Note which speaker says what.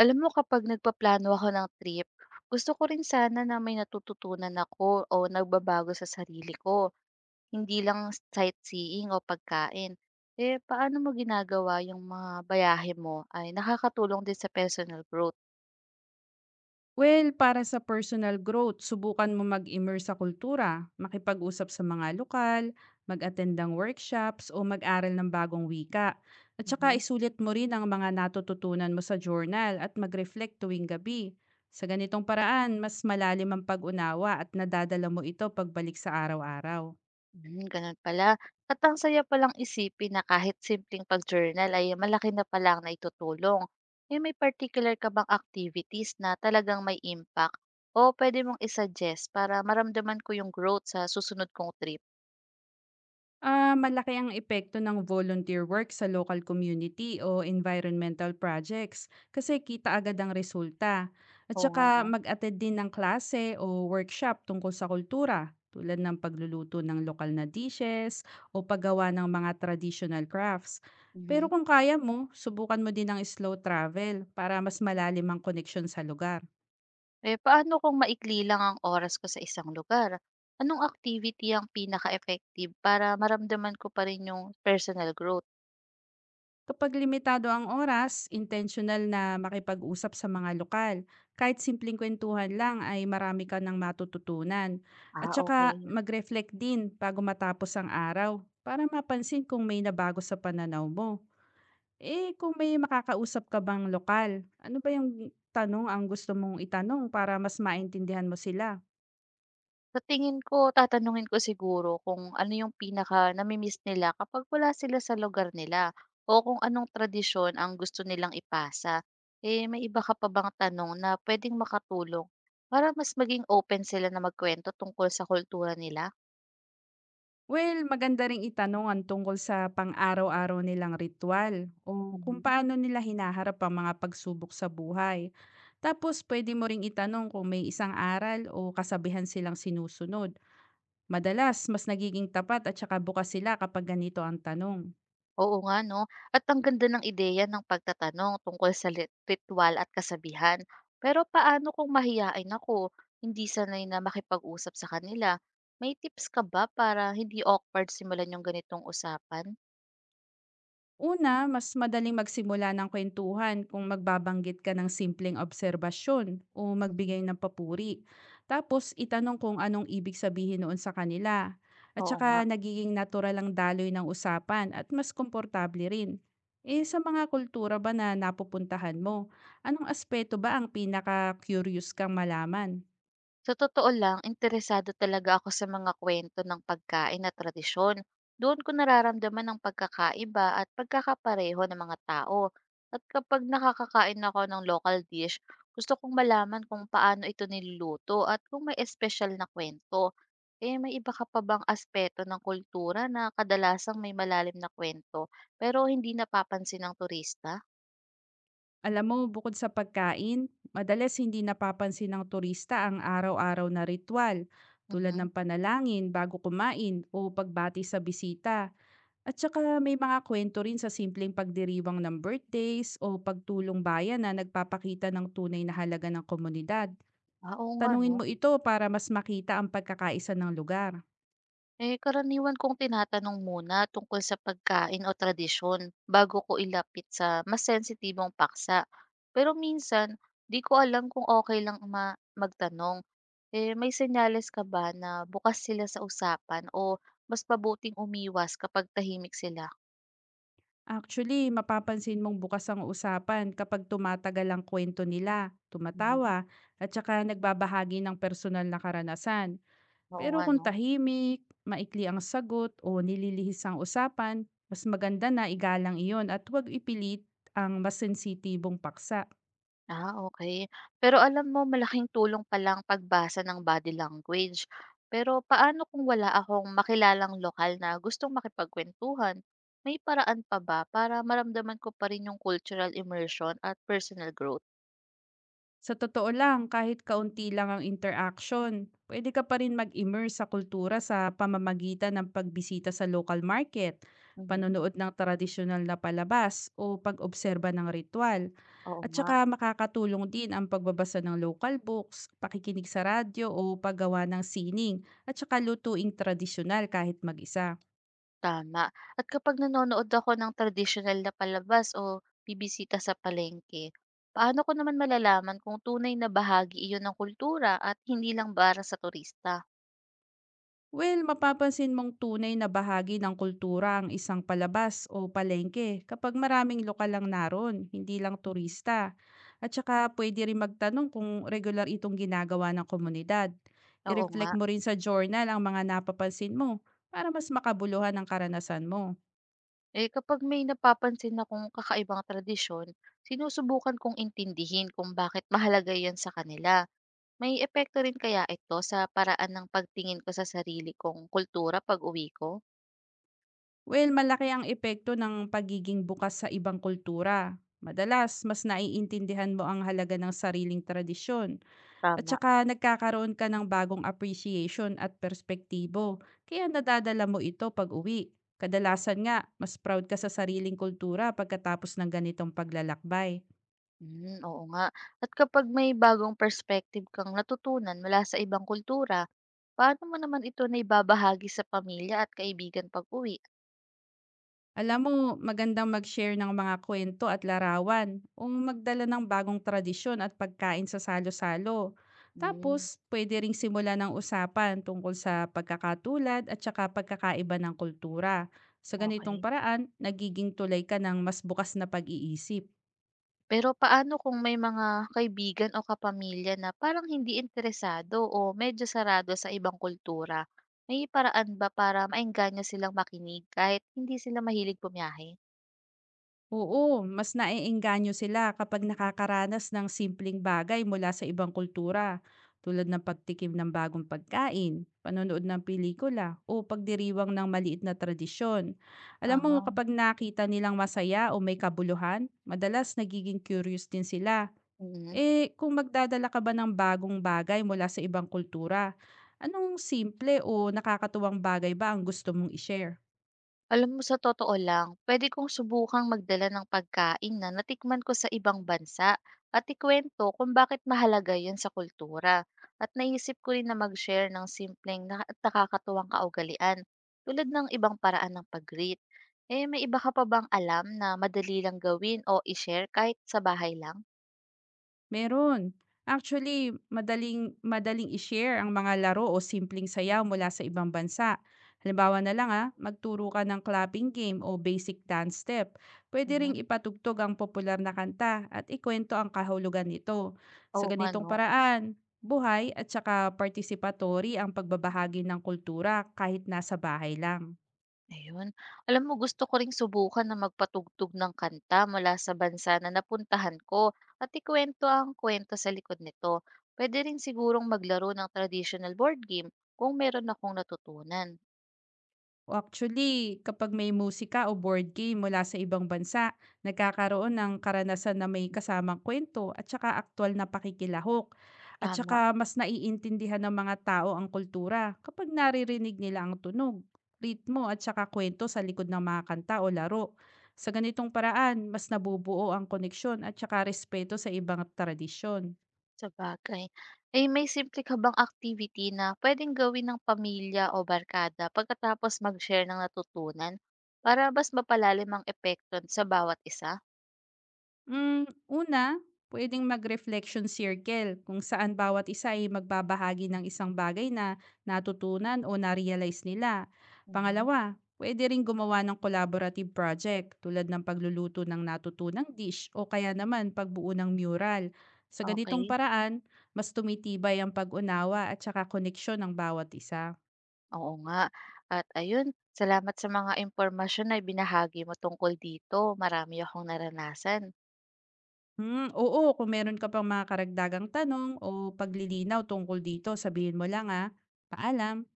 Speaker 1: Alam mo kapag nagpaplano ako ng trip, gusto ko rin sana na may natututunan ako o nagbabago sa sarili ko, hindi lang sightseeing o pagkain. Eh, paano mo ginagawa yung mga bayahe mo ay nakakatulong din sa personal growth?
Speaker 2: Well, para sa personal growth, subukan mo mag-immerse sa kultura, makipag-usap sa mga lokal, mag-attend ng workshops o mag-aral ng bagong wika. At saka
Speaker 1: Mm-hmm.
Speaker 2: isulit mo rin ang mga natututunan mo sa journal at mag-reflect tuwing gabi. Sa ganitong paraan, mas malalim ang pag-unawa at nadadala mo ito pagbalik sa araw-araw.
Speaker 1: Hmm, ganun pala. At ang saya palang isipin na kahit simpleng pag-journal ay malaki na pala ang naitutulong. Eh, may particular ka bang activities na talagang may impact? O pwede mong isuggest para maramdaman ko yung growth sa susunod kong trip?
Speaker 2: Ah, malaki ang epekto ng volunteer work sa local community o environmental projects kasi kita agad ang resulta. At
Speaker 1: Oo nga,
Speaker 2: saka
Speaker 1: no?
Speaker 2: mag-attend din ng klase o workshop tungkol sa kultura tulad ng pagluluto ng lokal na dishes o paggawa ng mga traditional crafts. Pero
Speaker 1: Mhm.
Speaker 2: kung kaya mo, subukan mo din ang slow travel para mas malalim ang connection sa lugar.
Speaker 1: Eh, paano kung maikli lang ang oras ko sa isang lugar? Anong activity ang pinaka-effective para maramdaman ko pa rin yung personal growth?
Speaker 2: Kapag limitado ang oras, intentional na makipag-usap sa mga lokal. Kahit simpleng kwentuhan lang ay marami ka ng matututunan. At
Speaker 1: Ah,
Speaker 2: saka
Speaker 1: okay.
Speaker 2: mag-reflect din bago matapos ang araw para mapansin kung may nabago sa pananaw mo. Eh kung may makakausap ka bang lokal, ano ba yung tanong ang gusto mong itanong para mas maintindihan mo sila?
Speaker 1: Sa tingin ko tatanungin ko siguro kung ano yung pinaka nami nila kapag wala sila sa lugar nila o kung anong tradisyon ang gusto nilang ipasa. Eh, may iba ka pa bang tanong na puwedeng makatulong para mas maging open sila na magkuwento tungkol sa kultura nila?
Speaker 2: Well, maganda ring itanong ang tungkol sa pang-araw-araw nilang ritual o kung
Speaker 1: Mhm.
Speaker 2: paano nila hinaharap ang mga pagsubok sa buhay. Tapos pwede mo ring itanong kung may isang aral o kasabihan silang sinusunod. Madalas, mas nagiging tapat at saka bukas sila kapag ganito ang tanong.
Speaker 1: Oo nga 'no, at ang ganda ng ideya ng pagtatanong tungkol sa lit ritwal at kasabihan. Pero paano kung mahiyain ako, hindi sanay na makipag-usap sa kanila? May tips ka ba para hindi awkward simulan yung ganitong usapan?
Speaker 2: Una, mas madaling magsimula ng kwentuhan kung magbabanggit ka ng simpleng obserbasyon o
Speaker 1: Mhm,
Speaker 2: magbigay ng papuri. Tapos itanong kung anong ibig sabihin noon sa kanila. At
Speaker 1: oo nga.
Speaker 2: saka nagiging natural ang daloy ng usapan at mas komportable rin. Eh sa mga kultura ba na napupuntahan mo, anong aspeto ba ang pinaka-curious kang malaman?
Speaker 1: Sa totoo lang, interesado talaga ako sa mga kwento ng pagkain at tradisyon. Doon ko nararamdaman ang pagkakaiba at pagkakapareho ng mga tao. At kapag nakakakain ako ng local dish, gusto kong malaman kung paano ito niluluto at kung may espesyal na kwento. Eh, may iba ka pa bang aspeto ng kultura na kadalasang may malalim na kwento pero hindi napapansin ng turista?
Speaker 2: Alam mo, bukod sa pagkain, madalas hindi napapansin ng turista ang araw-araw na ritual tulad
Speaker 1: Mhm.
Speaker 2: ng panalangin bago kumain o pagbati sa bisita. At saka may mga kwento rin sa simpleng pagdiriwang ng birthdays o pagtulong bayan na nagpapakita ng tunay na halaga ng komunidad.
Speaker 1: Ah, oo nga, no?
Speaker 2: Tanungin mo ito para mas makita ang pagkakaisa ng lugar.
Speaker 1: Eh, karaniwan kong tinatanong muna tungkol sa pagkain o tradisyon bago ko ilapit sa mas sensitibong paksa. Pero minsan, di ko alam kung okay lang magtanong. Eh, may senyales ka ba na bukas sila sa usapan o mas pabuting umiwas kapag tahimik sila?
Speaker 2: Actually, mapapansin mong bukas ang usapan kapag tumatagal ang kwento nila,
Speaker 1: Mhm.
Speaker 2: tumatawa, at saka nagbabahagi ng personal na karanasan.
Speaker 1: Oo
Speaker 2: Pero
Speaker 1: nga,
Speaker 2: kung
Speaker 1: no?
Speaker 2: tahimik, maikli ang sagot o nililihis ang usapan, mas maganda na igalang iyon at huwag ipilit ang mas sensitibong paksa.
Speaker 1: Ah, okay. Pero alam mo malaking tulong palang pagbasa ng body language. Pero paano kung wala akong makilalang lokal na gustong makipagkuwentuhan? May paraan pa ba para maramdaman ko pa rin yung cultural immersion at personal growth?
Speaker 2: Sa totoo lang, kahit kaunti lang ang interaction, pwede ka pa rin mag-immerse sa kultura sa pamamagitan ng pagbisita sa local market,
Speaker 1: Mhm.
Speaker 2: panonood ng tradisyonal na palabas o pag-obserba ng ritual.
Speaker 1: Oo
Speaker 2: At
Speaker 1: nga,
Speaker 2: saka makakatulong din ang pagbabasa ng local books, pakikinig sa radyo o paggawa ng sining at saka lutuing tradisyonal kahit mag-isa.
Speaker 1: tama. At kapag nanonood ako ng traditional na palabas o bibisita sa palengke, paano ko naman malalaman kung tunay na bahagi iyon ng kultura at hindi lang para sa turista?
Speaker 2: Well, mapapansin mong tunay na bahagi ng kultura ang isang palabas o palengke kapag maraming lokal lang naroon, hindi lang
Speaker 1: Mhm.
Speaker 2: turista. At saka pwede rin magtanong kung regular itong ginagawa ng komunidad.
Speaker 1: Oo nga.
Speaker 2: I-reflect mo rin sa journal ang mga napapansin mo para mas makabuluhan ang karanasan mo.
Speaker 1: Eh, kapag may napapansin akong kakaibang tradisyon, sinusubukan kong intindihin kung bakit mahalaga yan sa kanila. May epekto rin kaya ito sa paraan ng pagtingin ko sa sarili kong kultura pag uwi ko?
Speaker 2: Well, malaki ang epekto ng pagiging bukas sa ibang kultura. Madalas, mas naiintindihan mo ang halaga ng sariling tradisyon. At
Speaker 1: Tama.
Speaker 2: saka nagkakaroon ka ng bagong appreciation at perspektibo, kaya nadadala mo ito pag-uwi. Kadalasan nga, mas proud ka sa sariling kultura pagkatapos ng ganitong paglalakbay.
Speaker 1: Mm, oo nga. At kapag may bagong perspective kang natutunan mula sa ibang kultura, paano mo naman ito na ibabahagi sa pamilya at kaibigan pag uwi?
Speaker 2: Alam mo, magandang mag-share ng mga kwento at larawan o magdala ng bagong tradisyon at pagkain sa salo-salo. Tapos,
Speaker 1: Mm,
Speaker 2: pwede ring simula ng usapan tungkol sa pagkakatulad at saka pagkakaiba ng kultura. Sa ganitong
Speaker 1: okay.
Speaker 2: paraan, nagiging tulay ka ng mas bukas na pag-iisip.
Speaker 1: Pero paano kung may mga kaibigan o kapamilya na parang hindi interesado o medyo sarado sa ibang kultura? May paraan ba para maengganyo silang makinig kahit hindi sila mahilig bumiyahe?
Speaker 2: Oo, mas naeengganyo sila kapag nakakaranas ng simpleng bagay mula sa ibang kultura, tulad ng pagtikim ng bagong pagkain, panonood ng pelikula, o pagdiriwang ng maliit na tradisyon. Alam mo,
Speaker 1: Ah,
Speaker 2: kapag nakita nilang masaya o may kabuluhan, madalas nagiging curious din sila.
Speaker 1: mm.
Speaker 2: Eh, kung magdadala ka ba ng bagong bagay mula sa ibang kultura, anong simple o nakakatuwang bagay ba ang gusto mong ishare?
Speaker 1: Alam mo sa totoo lang, pwede kong subukang magdala ng pagkain na natikman ko sa ibang bansa at ikwento kung bakit mahalaga yun sa kultura. At naisip ko rin na mag-share ng simpleng at nakakatuwang kaugalian tulad ng ibang paraan ng pag-greet. Eh, may iba ka pa bang alam na madali lang gawin o i-share kahit sa bahay lang?
Speaker 2: Meron. Actually, madaling madaling i-share ang mga laro o simpleng sayaw mula sa ibang bansa. Halimbawa na lang ah, magturo ka ng clapping game o basic dance step. Pwede ring
Speaker 1: Mhm.
Speaker 2: ipatugtog ang popular na kanta at ikwento ang kahulugan nito. Sa
Speaker 1: Oo nga,
Speaker 2: ganitong
Speaker 1: no?
Speaker 2: paraan, buhay at saka participatory ang pagbabahagi ng kultura kahit nasa bahay lang.
Speaker 1: Ayun. Alam mo gusto ko ring subukan na magpatugtog ng kanta mula sa bansa na napuntahan ko at ikuwento ang kwento sa likod nito. Pwede rin sigurong maglaro ng traditional board game kung meron akong natutunan.
Speaker 2: O actually, kapag may musika o board game mula sa ibang bansa, nagkakaroon ng karanasan na may kasamang kwento at saka aktwal na pakikilahok. At saka
Speaker 1: Tama,
Speaker 2: mas naiintindihan ng mga tao ang kultura kapag naririnig nila ang tunog, ritmo at saka kwento sa likod ng mga kanta o laro. Sa ganitong paraan, mas nabubuo ang koneksyon at saka respeto sa ibang tradisyon.
Speaker 1: sa bagay. Ay may simple ka bang activity na pwedeng gawin ng pamilya o barkada pagkatapos mag-share ng natutunan para mas mapalalim ang epekto sa bawat isa?
Speaker 2: Hmm, una, puwedeng mag-reflection circle kung saan bawat isa ay magbabahagi ng isang bagay na natutunan o na-realize nila.
Speaker 1: Mhm.
Speaker 2: Pangalawa, pwede rin gumawa ng collaborative project tulad ng pagluluto ng natutunang dish o kaya naman pagbuo ng mural. Sa ganitong
Speaker 1: Okay.
Speaker 2: paraan, mas tumitibay ang pag-unawa at saka koneksyon ng bawat isa.
Speaker 1: Oo nga. At ayun, salamat sa mga impormasyon na binahagi mo tungkol dito. Marami akong naranasan.
Speaker 2: Hmm, oo, kung meron ka pang mga karagdagang tanong o paglilinaw tungkol dito, sabihin mo lang ah. Paalam!